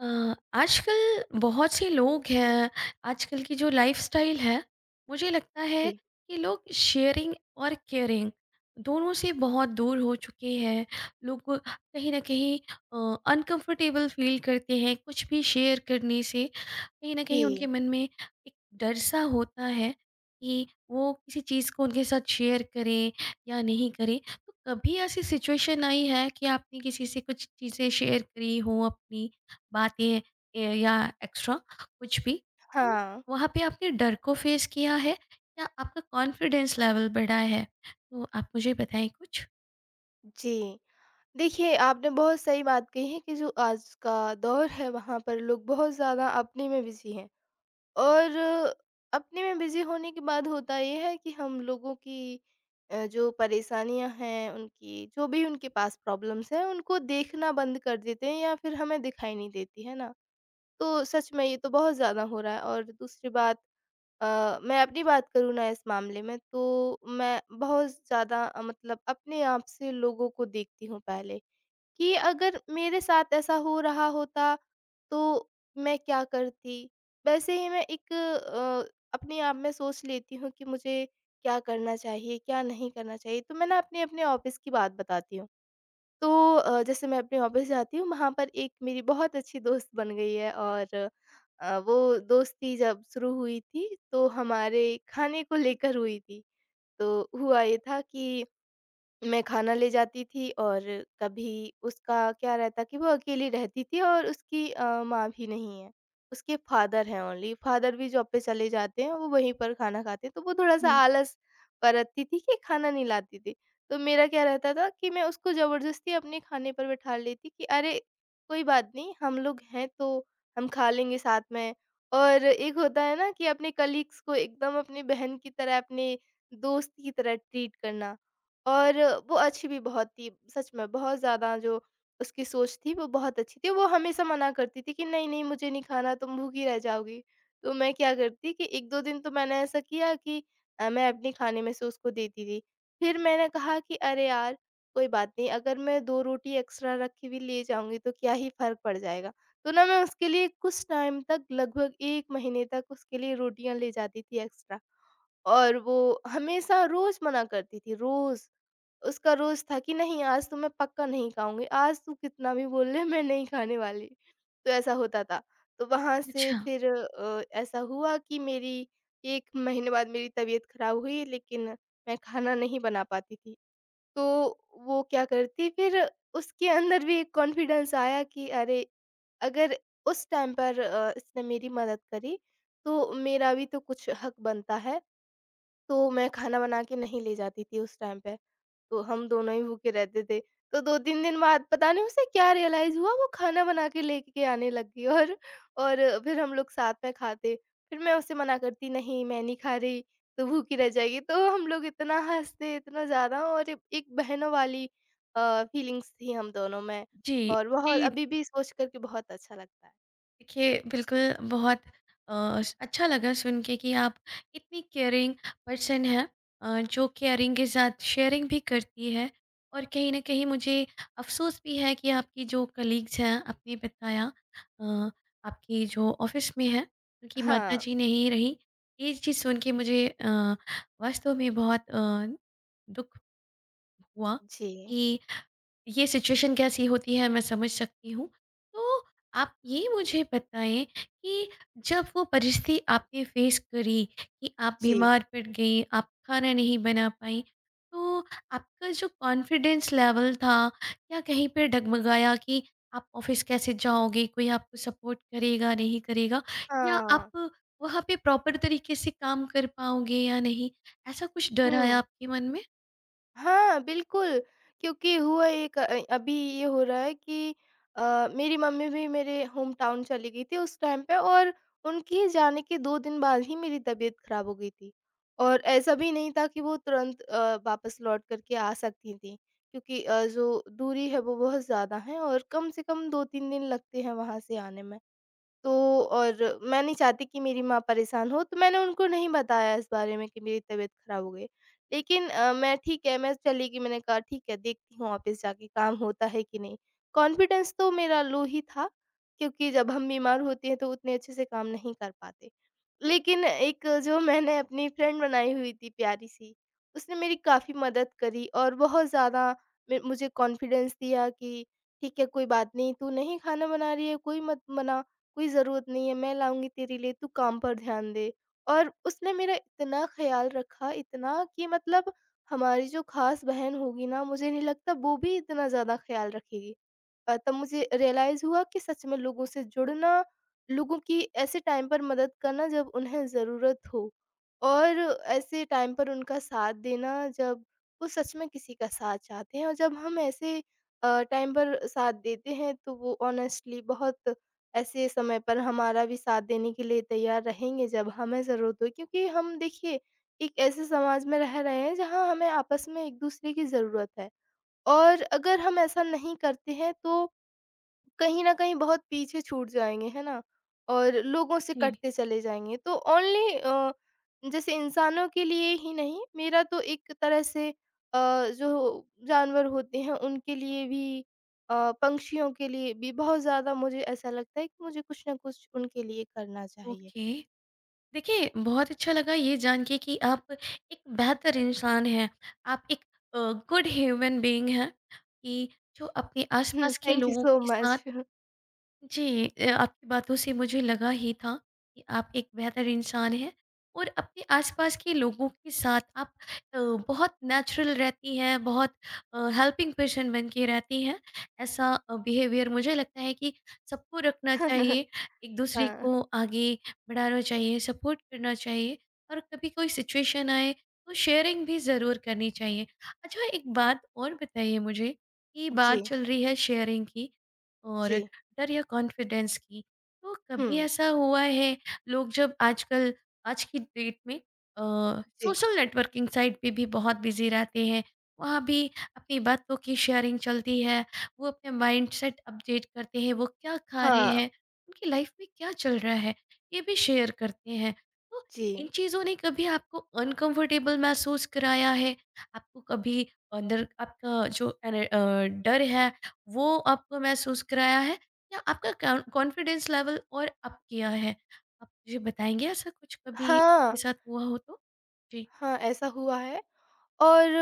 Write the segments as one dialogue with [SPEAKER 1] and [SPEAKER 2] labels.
[SPEAKER 1] अ, आजकल बहुत से लोग हैं। आजकल की जो लाइफस्टाइल है, मुझे लगता है
[SPEAKER 2] जी,
[SPEAKER 1] कि लोग शेयरिंग और केयरिंग दोनों से बहुत दूर हो चुके हैं। लोग को कहीं ना कहीं अनकंफर्टेबल फील करते हैं कुछ भी शेयर करने से। कहीं ना कहीं उनके
[SPEAKER 2] जी,
[SPEAKER 1] मन में एक डर सा होता है कि वो किसी चीज़ को उनके साथ शेयर करें या नहीं करें। तो कभी ऐसी सिचुएशन आई है कि आपने किसी से कुछ चीज़ें शेयर करी हो, अपनी बातें, या एक्स्ट्रा कुछ भी, तो
[SPEAKER 2] हाँ,
[SPEAKER 1] वहाँ पे आपने डर को फेस किया है या आपका कॉन्फिडेंस लेवल बढ़ा है? तो आप मुझे बताएं कुछ।
[SPEAKER 2] जी। देखिए, आपने बहुत सही बात कही है कि जो आज का दौर है, वहाँ पर लोग बहुत ज़्यादा अपने में बिज़ी हैं, और अपने में बिज़ी होने के बाद होता ये है कि हम लोगों की जो परेशानियाँ हैं, उनकी जो भी उनके पास प्रॉब्लम्स हैं, उनको देखना बंद कर देते हैं या फिर हमें दिखाई नहीं देती, है ना? तो सच में ये तो बहुत ज़्यादा हो रहा है। और दूसरी बात, मैं अपनी बात करूँ ना इस मामले में, तो मैं बहुत ज़्यादा मतलब अपने आप से लोगों को देखती हूँ पहले कि अगर मेरे साथ ऐसा हो रहा होता, तो मैं क्या करती? वैसे ही मैं एक अपने आप में सोच लेती हूँ कि मुझे क्या करना चाहिए, क्या नहीं करना चाहिए? तो मैं ना अपने-अपने ऑफ़िस की बात बताती हूँ। तो जैसे मैं अपने ऑफ़िस जाती हूँ, वहाँ पर एक मेरी बहुत अच्छी दोस्त बन गई है, और वो दोस्ती जब शुरू हुई थी, तो हमारे खाने को लेकर हुई थी। तो हुआ ये था कि मैं खाना ले जाती थी, और कभी उसका क्या रहता कि वो अकेली रहती थी और उसकी माँ भी नहीं है। उसके फादर हैं ओनली, फादर भी जॉब पे चले जाते हैं, वो वहीं पर खाना खाते हैं, तो वो थोड़ा-सा
[SPEAKER 1] हम्म।
[SPEAKER 2] आलस बरतती थी कि खाना नहीं लाती थी। तो मेरा क्या रहता था कि मैं उसको ज़बरदस्ती अपने खाने पर बैठा लेती कि अरे! कोई बात नहीं, हम लोग हैं, तो हम खा लेंगे साथ में। और एक होता है ना कि अपने कलीग्स को एकदम अपनी बहन की तरह, अपने दोस्त की तरह ट्रीट करना। और वो अच्छी भी बहुत थी, सच में बहुत ज़्यादा। जो उसकी सोच थी, वो बहुत अच्छी थी। वो हमेशा मना करती थी कि नहीं-नहीं, मुझे नहीं खाना, तुम भूखी रह जाओगी। तो मैं क्या करती कि 1-2 दिन तो मैंने ऐसा किया कि मैं अपने खाने में से उसको देती थी। फिर मैंने कहा कि अरे यार, कोई बात नहीं, अगर मैं 2 रोटी एक्स्ट्रा रखी भी ले जाऊँगी, तो क्या ही फ़र्क पड़ जाएगा। तो ना मैं उसके लिए कुछ टाइम तक, लगभग 1 महीने तक उसके लिए रोटियाँ ले जाती थी एक्स्ट्रा। और वो हमेशा रोज़ मना करती थी, रोज़। उसका रोज़ था कि नहीं, आज तो मैं पक्का नहीं खाऊँगी, आज तू कितना भी बोल ले, मैं नहीं खाने वाली। तो ऐसा होता था। तो वहाँ से
[SPEAKER 1] अच्छा।
[SPEAKER 2] फिर ऐसा हुआ कि मेरी 1 महीने बाद मेरी तबीयत खराब हुई, लेकिन मैं खाना नहीं बना पाती थी। तो वो क्या करती फिर, उसके अंदर भी एक कॉन्फिडेंस आया कि अरे! अगर उस टाइम पर इसने मेरी मदद करी, तो मेरा भी तो कुछ हक बनता है। तो मैं खाना बना के नहीं ले जाती थी उस टाइम पे, तो हम दोनों ही भूखे रहते थे। तो 2-3 दिन बाद पता नहीं उसे क्या रियलाइज़ हुआ, वो खाना बना के लेके आने लग गई। और और फिर हम लोग साथ में खाते। फिर मैं उसे मना करती, नहीं मैं नहीं खा रही, तू भूखी रह जाएगी। तो हम लोग इतना हँसते, इतना ज़्यादा। और ए एक बहनों वाली फीलिंग्स थी हम दोनों में,
[SPEAKER 1] जी।
[SPEAKER 2] और
[SPEAKER 1] जी,
[SPEAKER 2] बहुत अभी भी सोच कर के बहुत अच्छा लगता है।
[SPEAKER 1] देखिए, बिल्कुल बहुत अच्छा लगा सुन के कि आप इतनी केयरिंग पर्सन हैं, जो केयरिंग के साथ शेयरिंग भी करती है। और कहीं न कहीं मुझे अफ़सोस भी है कि आपकी जो कलीग्स हैं, आपने बताया, अ, आपकी जो ऑफ़िस में हैं, उनकी
[SPEAKER 2] हाँ।
[SPEAKER 1] माताजी नहीं रहीं। ये चीज़ सुन के मुझे वास्तव में बहुत दुःख हुआ
[SPEAKER 2] जी।
[SPEAKER 1] कि ये सिचुएशन कैसी होती है, मैं समझ सकती हूँ। तो आप ये मुझे बताएँ कि जब वो परिस्थिति आपने फ़ेस करी कि आप
[SPEAKER 2] जी।
[SPEAKER 1] बीमार पड़ गईं, आप खाना नहीं बना पाईं, तो आपका जो कॉन्फिडेंस लेवल था, क्या कहीं पे डगमगाया कि आप ऑफ़िस कैसे जाओगे, कोई आपको सपोर्ट करेगा, नहीं करेगा? या
[SPEAKER 2] हाँ।
[SPEAKER 1] आप वहाँ पे प्रॉपर तरीके से काम कर पाओगे या नहीं? ऐसा कुछ डर आया
[SPEAKER 2] हुँ।
[SPEAKER 1] आपके मन में?
[SPEAKER 2] हाँ, बिल्कुल, क्योंकि हुआ एक, अभी ये हो रहा है कि मेरी मम्मी भी मेरे होम टाउन चली गई थी उस टाइम पे, और उनके जाने के 2 दिन बाद ही मेरी तबीयत खराब हो गई थी। और ऐसा भी नहीं था कि वो तुरंत वापस लौट कर के आ सकती थीं, क्योंकि जो दूरी है वो बहुत ज़्यादा है, और कम से कम 2-3 दिन लगते हैं वहाँ से आने में। तो और मैं नहीं चाहती कि मेरी माँ परेशान हो, तो मैंने उनको नहीं बताया इस बारे में कि मेरी तबीयत ख़राब हो गई। लेकिन मैं ठीक है, मैं चली गई, मैंने कहा ठीक है, देखती हूँ ऑफ़िस जाके काम होता है कि नहीं। कॉन्फिडेंस तो मेरा लो ही था, क्योंकि जब हम बीमार होते हैं तो उतने अच्छे से काम नहीं कर पाते। लेकिन एक जो मैंने अपनी फ्रेंड बनाई हुई थी प्यारी-सी, उसने मेरी काफ़ी मदद करी, और बहुत ज़्यादा मे मुझे कॉन्फिडेंस दिया कि ठीक है, कोई बात नहीं, तू नहीं खाना बना रही है, कोई मत बना। कोई ज़रूरत नहीं है, मैं लाऊँगी तेरे लिए, तू काम पर ध्यान दे। और उसने मेरा इतना ख़्याल रखा, इतना कि मतलब हमारी जो ख़ास बहन होगी ना, मुझे नहीं लगता वो भी इतना ज़्यादा ख़्याल रखेगी। तब मुझे रियलाइज़ हुआ कि सच में लोगों से जुड़ना, लोगों की ऐसे टाइम पर मदद करना जब उन्हें ज़रूरत हो, और ऐसे टाइम पर उनका साथ देना जब वो सच में किसी का साथ चाहते हैं, और जब हम ऐसे टाइम पर साथ देते हैं, तो वो ऑनेस्टली बहुत ऐसे समय पर हमारा भी साथ देने के लिए तैयार रहेंगे, जब हमें ज़रूरत हो। क्योंकि हम देखिए, एक ऐसे समाज में रह रहे हैं जहाँ हमें आपस में एक दूसरे की ज़रूरत है, और अगर हम ऐसा नहीं करते हैं, तो कहीं न कहीं बहुत पीछे छूट जाएँगे, है ना? और लोगों से
[SPEAKER 1] जी।
[SPEAKER 2] कटते चले जाएँगे। तो ओनली जैसे इंसानों के लिए ही नहीं, मेरा तो एक तरह से, जो जानवर होते हैं उनके लिए भी, पक्षियों के लिए भी बहुत ज़्यादा मुझे ऐसा लगता है कि मुझे कुछ ना कुछ उनके लिए करना चाहिए।
[SPEAKER 1] ओके। देखिए, बहुत अच्छा लगा ये जान के कि आप एक बेहतर इंसान हैं, आप एक अ, गुड ह्यूमन बीइंग हैं कि जो अपने
[SPEAKER 2] हुँ,
[SPEAKER 1] आस-पास के
[SPEAKER 2] थैंक यू
[SPEAKER 1] लोगों
[SPEAKER 2] सो
[SPEAKER 1] के साथ।
[SPEAKER 2] मच।
[SPEAKER 1] जी, आपकी बातों से मुझे लगा ही था कि आप एक बेहतर इंसान हैं और अपने आसपास के लोगों के साथ आप अ, बहुत नेचुरल रहती हैं, बहुत हेल्पिंग पर्सन बन के रहती हैं। ऐसा बिहेवियर मुझे लगता है कि सबको रखना चाहिए, एक दूसरे
[SPEAKER 2] हाँ,
[SPEAKER 1] को आगे बढ़ाना चाहिए, सपोर्ट करना चाहिए, और कभी कोई सिचुएशन आए तो शेयरिंग भी ज़रूर करनी चाहिए। अच्छा, एक बात और बताइए मुझे कि बात
[SPEAKER 2] जी,
[SPEAKER 1] चल रही है शेयरिंग की और
[SPEAKER 2] जी।
[SPEAKER 1] डर या कॉन्फिडेंस की। तो कभी
[SPEAKER 2] हुँ,
[SPEAKER 1] ऐसा हुआ है, लोग जब आजकल, आज की डेट में, अ,
[SPEAKER 2] जी।
[SPEAKER 1] सोशल नेटवर्किंग साइट पे भी बहुत बिज़ी रहते हैं, वहाँ भी अपनी बातों की शेयरिंग चलती है। वो अपने माइंडसेट अपडेट करते हैं, वो क्या खा रहे
[SPEAKER 2] हाँ,
[SPEAKER 1] हैं, उनकी लाइफ में क्या चल रहा है, ये भी शेयर करते हैं। तो
[SPEAKER 2] जी।
[SPEAKER 1] इन चीज़ों ने कभी आपको अनकंफर्टेबल महसूस कराया है? आपको कभी अंदर आपका जो डर है, वो आपको महसूस कराया है? या आपका कॉन्फिडेंस लेवल और अप किया है? आप मुझे बताएँगे ऐसा कुछ कभी आपके
[SPEAKER 2] हाँ,
[SPEAKER 1] साथ हुआ हो तो? जी।
[SPEAKER 2] हाँ, ऐसा हुआ है। और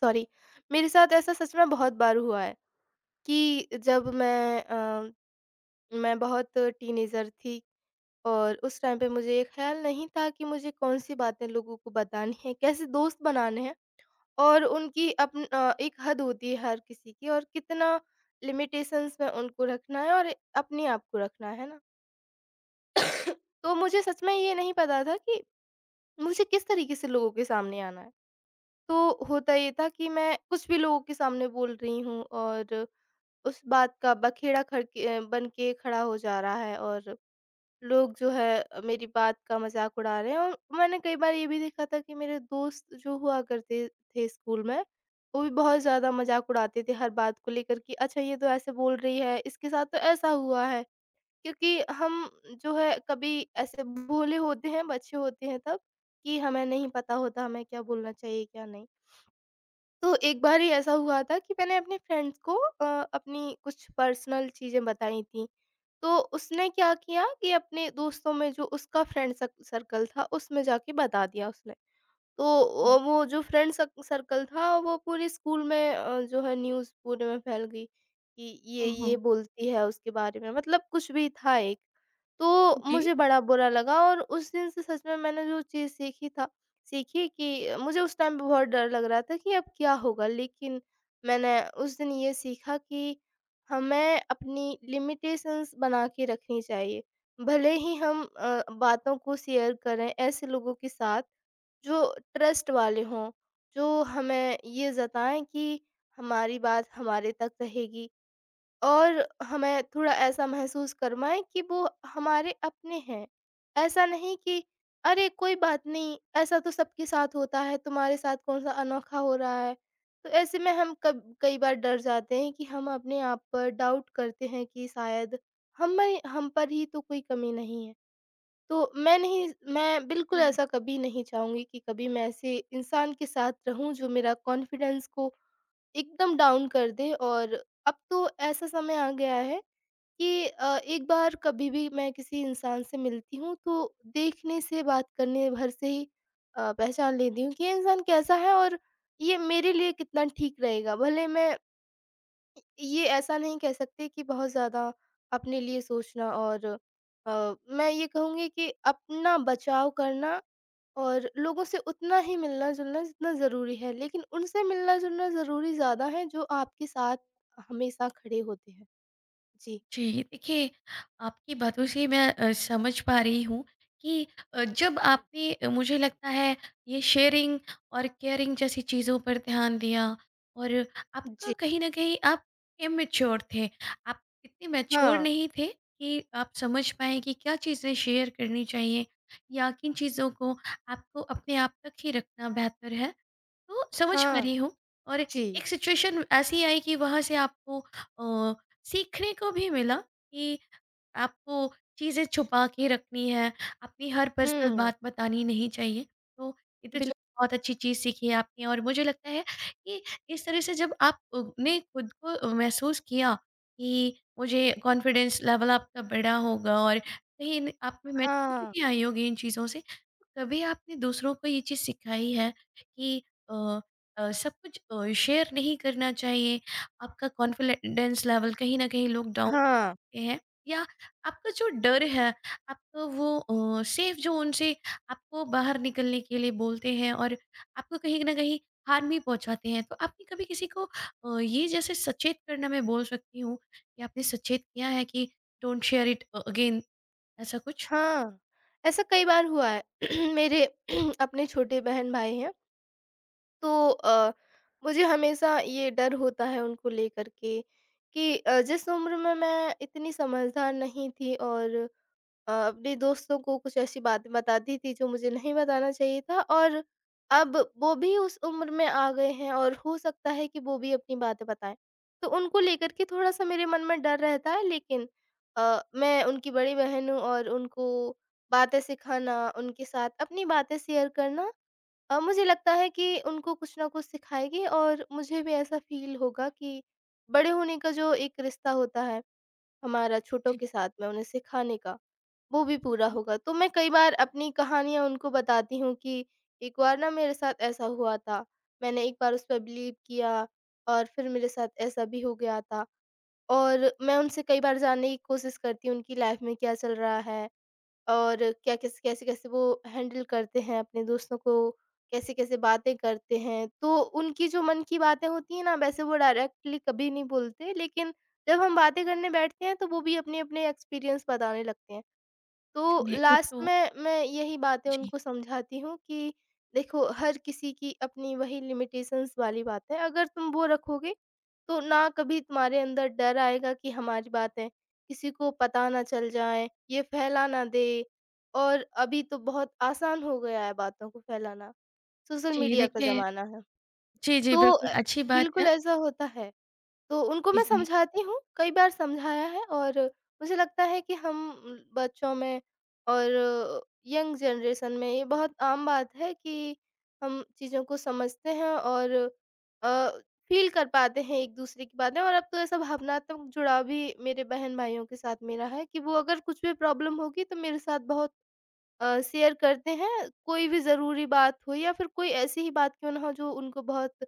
[SPEAKER 2] सॉरी, मेरे साथ ऐसा सच में बहुत बार हुआ है कि जब मैं बहुत टीनेजर थी, और उस टाइम पे मुझे ये ख़्याल नहीं था कि मुझे कौन-सी बातें लोगों को बतानी है, कैसे दोस्त बनाने हैं, और उनकी एक हद होती है हर किसी की, और कितना लिमिटेशंस में उनको रखना है और अपने आप को रखना है ना? तो मुझे सच में ये नहीं पता था कि मुझे किस तरीके से लोगों के सामने आना है। तो होता ये था कि मैं कुछ भी लोगों के सामने बोल रही हूँ, और उस बात का बखेड़ा खड़के बन के खड़ा हो जा रहा है। और लोग जो है मेरी बात का मजाक उड़ा रहे हैं, और मैंने कई बार ये भी देखा था कि मेरे दोस्त जो हुआ करते थे स्कूल में, वो भी बहुत ज़्यादा मजाक उड़ाते थे हर बात को लेकर कि अच्छा, ये तो ऐसे बोल रही है, इसके साथ तो ऐसा हुआ है, क्योंकि हम जो है, कभी ऐसे भोले होते हैं, बच्चे होते हैं तब, कि हमें नहीं पता होता हमें क्या बोलना चाहिए क्या नहीं। तो एक बार ही ऐसा हुआ था कि मैंने अपने फ्रेंड्स को अ, अपनी कुछ पर्सनल चीज़ें बताई थी। तो उसने क्या किया कि अपने दोस्तों में, जो उसका फ्रेंड सक सर्कल था, उसमें जाके बता दिया उसने। तो
[SPEAKER 1] जी।
[SPEAKER 2] वो जो फ्रेंड सक सर्कल था, वो पूरे स्कूल में, जो है न्यूज़ पूरे में फैल गई कि ये,
[SPEAKER 1] ओहो!
[SPEAKER 2] ये बोलती है उसके बारे में, मतलब कुछ भी था एक। तो
[SPEAKER 1] जी।
[SPEAKER 2] मुझे बड़ा बुरा लगा, और उस दिन से सच में मैंने जो चीज़ सीखी। कि मुझे उस टाइम पे बहुत डर लग रहा था कि अब क्या होगा? लेकिन मैंने उस दिन ये सीखा कि हमें अपनी लिमिटेशंस बना के रखनी चाहिए। भले ही हम बातों को शेयर करें ऐसे लोगों के साथ जो ट्रस्ट वाले हों, जो हमें ये जताएँ कि हमारी बात हमारे तक रहेगी, और हमें थोड़ा ऐसा महसूस करवाएँ कि वो हमारे अपने हैं। ऐसा नहीं कि अरे! कोई बात नहीं, ऐसा तो सबके साथ होता है, तुम्हारे साथ कौन-सा अनोखा हो रहा है। तो ऐसे में हम कब कई बार डर जाते हैं कि हम अपने आप पर डाउट करते हैं कि शायद हम पर ही तो कोई कमी नहीं है। तो मैं नहीं, मैं बिल्कुल ऐसा कभी नहीं चाहूँगी कि कभी मैं ऐसे इंसान के साथ रहूँ जो मेरा कॉन्फिडेंस को एकदम डाउन कर दे। और अब तो ऐसा समय आ गया है कि एक बार कभी भी मैं किसी इंसान से मिलती हूँ, तो देखने से बात करने भर से ही पहचान लेती हूँ कि ये इंसान कैसा है, और ये मेरे लिए कितना ठीक रहेगा। भले मैं ये ऐसा नहीं कह सकते कि बहुत ज़्यादा अपने लिए सोचना, और मैं ये कहूँगी कि अपना बचाव करना, और लोगों से उतना ही मिलना-जुलना जितना ज़रूरी है, लेकिन उनसे मिलना-जुलना ज़रूरी ज़्यादा है जो आपके साथ हमेशा खड़े होते हैं। जी।
[SPEAKER 1] जी, देखिए, आपकी बातों से मैं समझ पा रही हूँ कि मुझे लगता है ये शेयरिंग और केयरिंग जैसी चीज़ों पर ध्यान दिया और आपका
[SPEAKER 2] जी।
[SPEAKER 1] कहीं न कहीं आप इमैच्योर थे। आप इतने मैच्योर
[SPEAKER 2] हाँ,
[SPEAKER 1] नहीं थे कि आप समझ पाएँ कि क्या चीज़ें शेयर करनी चाहिए या किन चीज़ों को आपको अपने आप तक ही रखना बेहतर है। तो समझ पा
[SPEAKER 2] हाँ,
[SPEAKER 1] रही हूँ, और
[SPEAKER 2] जी।
[SPEAKER 1] एक सिचुएशन ऐसी आई कि वहाँ से आपको अ, सीखने को भी मिला कि आपको चीज़ें छुपा के रखनी है, अपनी हर पर्सनल
[SPEAKER 2] हुँ,
[SPEAKER 1] बात बतानी नहीं चाहिए। तो ये तो
[SPEAKER 2] बिल
[SPEAKER 1] चलो बहुत अच्छी चीज़ सीखी है आपने, और मुझे लगता है कि इस तरह से जब आपने खुद को महसूस किया कि मुझे कॉन्फिडेंस लेवल आपका बढ़ा होगा और कहीं न आप में
[SPEAKER 2] हाँ,
[SPEAKER 1] मैच्योरिटी आई होगी इन चीज़ों से, तो कभी आपने दूसरों को ये चीज़ सिखाई है कि अ सब कुछ शेयर नहीं करना चाहिए। आपका कॉन्फिडेंस लेवल कहीं न कहीं लोग डाउन
[SPEAKER 2] हाँ,
[SPEAKER 1] होते हैं, या आपका जो डर है, आपका वो सेफ ज़ोन से आपको बाहर निकलने के लिए बोलते हैं और आपको कहीं न कहीं हार्म भी पहुँचाते हैं। तो आपने कभी किसी को ये जैसे सचेत करना, मैं बोल सकती हूँ कि आपने सचेत किया है कि डोंट शेयर इट अगेन, ऐसा कुछ?
[SPEAKER 2] हाँ। ऐसा कई बार हुआ है। मेरे अपने छोटे बहन-भाई हैं। तो मुझे हमेशा ये डर होता है उनको लेकर के कि जिस उम्र में मैं इतनी समझदार नहीं थी, और अपने दोस्तों को कुछ ऐसी बातें बताती थी जो मुझे नहीं बताना चाहिए था, और अब वो भी उस उम्र में आ गए हैं, और हो सकता है कि वो भी अपनी बातें बताएं। तो उनको लेकर के थोड़ा सा मेरे मन में डर रहता है। लेकिन मैं उनकी बड़ी बहन हूँ, और उनको बातें सिखाना, उनके साथ अपनी बातें शेयर करना, मुझे लगता है कि उनको कुछ ना कुछ सिखाएगी, और मुझे भी ऐसा फ़ील होगा कि बड़े होने का जो एक रिश्ता होता है हमारा, छोटों
[SPEAKER 1] जी।
[SPEAKER 2] के साथ में उन्हें सिखाने का, वो भी
[SPEAKER 1] हुँ,
[SPEAKER 2] पूरा
[SPEAKER 1] हुँ।
[SPEAKER 2] होगा। तो मैं कई बार अपनी कहानियाँ उनको बताती हूँ कि एक बार ना मेरे साथ ऐसा हुआ था, मैंने एक बार उस पर बिलीव किया, और फिर मेरे साथ ऐसा भी हो गया था। और मैं उनसे कई बार जानने की कोशिश करती हूँ उनकी लाइफ़ में क्या चल रहा है। और क्या किस कैसे-कैसे वो हैंडल करते हैं अपने दोस्तों को, कैसे-कैसे बातें करते हैं। तो उनकी जो मन की बातें होती हैं ना, वैसे वो डायरेक्टली कभी नहीं बोलते, लेकिन जब हम बातें करने बैठते हैं, तो वो भी अपने-अपने एक्सपीरियंस बताने लगते हैं। तो
[SPEAKER 1] चलिए एक
[SPEAKER 2] लास्ट
[SPEAKER 1] तो।
[SPEAKER 2] में मैं यही बातें
[SPEAKER 1] जी।
[SPEAKER 2] उनको समझाती हूँ कि देखो, हर किसी की अपनी वही लिमिटेशंस वाली बात है। अगर तुम वो रखोगे, तो ना कभी तुम्हारे अंदर डर आएगा कि हमारी बातें किसी को पता ना चल जाएँ, ये फैला ना दे। और अभी तो बहुत आसान हो गया है बातों को फैलाना, सोशल
[SPEAKER 1] जी,
[SPEAKER 2] मीडिया का
[SPEAKER 1] देखिए।
[SPEAKER 2] ज़माना है।
[SPEAKER 1] जी, जी,
[SPEAKER 2] तो
[SPEAKER 1] बिल्कुल अच्छी बात
[SPEAKER 2] बिल्कुल
[SPEAKER 1] है।
[SPEAKER 2] ऐसा होता है। तो उनको
[SPEAKER 1] जी,
[SPEAKER 2] मैं
[SPEAKER 1] जी।
[SPEAKER 2] समझाती हूँ, कई बार समझाया है। और मुझे लगता है कि हम बच्चों में और यंग जनरेशन में ये बहुत आम बात है कि हम चीज़ों को समझते हैं, और अ, फ़ील कर पाते हैं एक-दूसरे की बातें। और अब तो ऐसा भावनात्मक जुड़ाव भी मेरे बहन-भाइयों के साथ मेरा है कि वो अगर कुछ भी प्रॉब्लम होगी तो मेरे साथ बहुत शेयर करते हैं, कोई भी ज़रूरी बात हो, या फिर कोई ऐसी ही बात क्यों ना हो जो उनको बहुत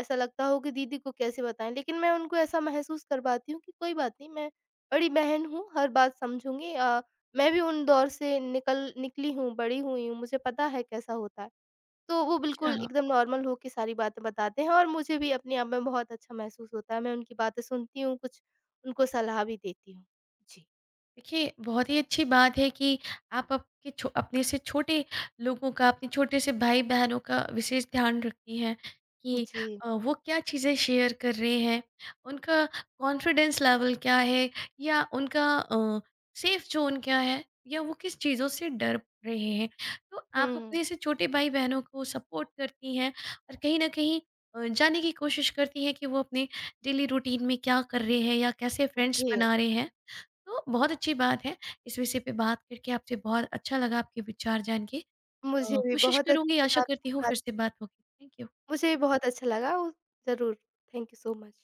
[SPEAKER 2] ऐसा लगता हो कि दीदी को कैसे बताएँ। लेकिन मैं उनको ऐसा महसूस करवाती हूँ कि कोई बात नहीं, मैं बड़ी बहन हूँ, हर बात समझूँगी। मैं भी उन दौर से निकली हूँ, बड़ी हुई हूँ, मुझे पता है कैसा होता है। तो वो बिल्कुल
[SPEAKER 1] अच्छा,
[SPEAKER 2] एकदम नॉर्मल हो के सारी बातें बताते हैं, और मुझे भी अपने आप में बहुत अच्छा महसूस होता है। मैं उनकी बातें सुनती हूँ, कुछ उनको सलाह भी देती हूँ। जी।
[SPEAKER 1] देखिए, बहुत ही अच्छी बात है कि आप आपके छो अपने से छोटे लोगों का, अपने छोटे से भाई-बहनों का विशेष ध्यान रखती हैं कि
[SPEAKER 2] जी।
[SPEAKER 1] वो क्या चीज़ें शेयर कर रहे हैं, उनका कॉन्फिडेंस लेवल क्या है या उनका सेफ ज़ोन क्या है या वो किस चीज़ों से डर रहे हैं। तो आप
[SPEAKER 2] हुँ, हुँ।
[SPEAKER 1] अपने से छोटे भाई-बहनों को सपोर्ट करती हैं और कहीं न कहीं जानने की कोशिश करती हैं कि वो अपने डेली रूटीन में क्या कर रहे हैं या कैसे फ्रेंड्स
[SPEAKER 2] जी।
[SPEAKER 1] बना रहे हैं? तो बहुत अच्छी बात है। इस विषय पे बात करके आपसे बहुत अच्छा लगा, आपके विचार जान के।
[SPEAKER 2] मुझे भी
[SPEAKER 1] कोशिश
[SPEAKER 2] बहुत
[SPEAKER 1] करूँगी,
[SPEAKER 2] अच्छा
[SPEAKER 1] आशा
[SPEAKER 2] लगा
[SPEAKER 1] करती
[SPEAKER 2] आपसे
[SPEAKER 1] हूँ
[SPEAKER 2] बात
[SPEAKER 1] फिर से बात होगी। Thank you.
[SPEAKER 2] मुझे भी बहुत अच्छा लगा, उ ज़रूर। Thank you so much.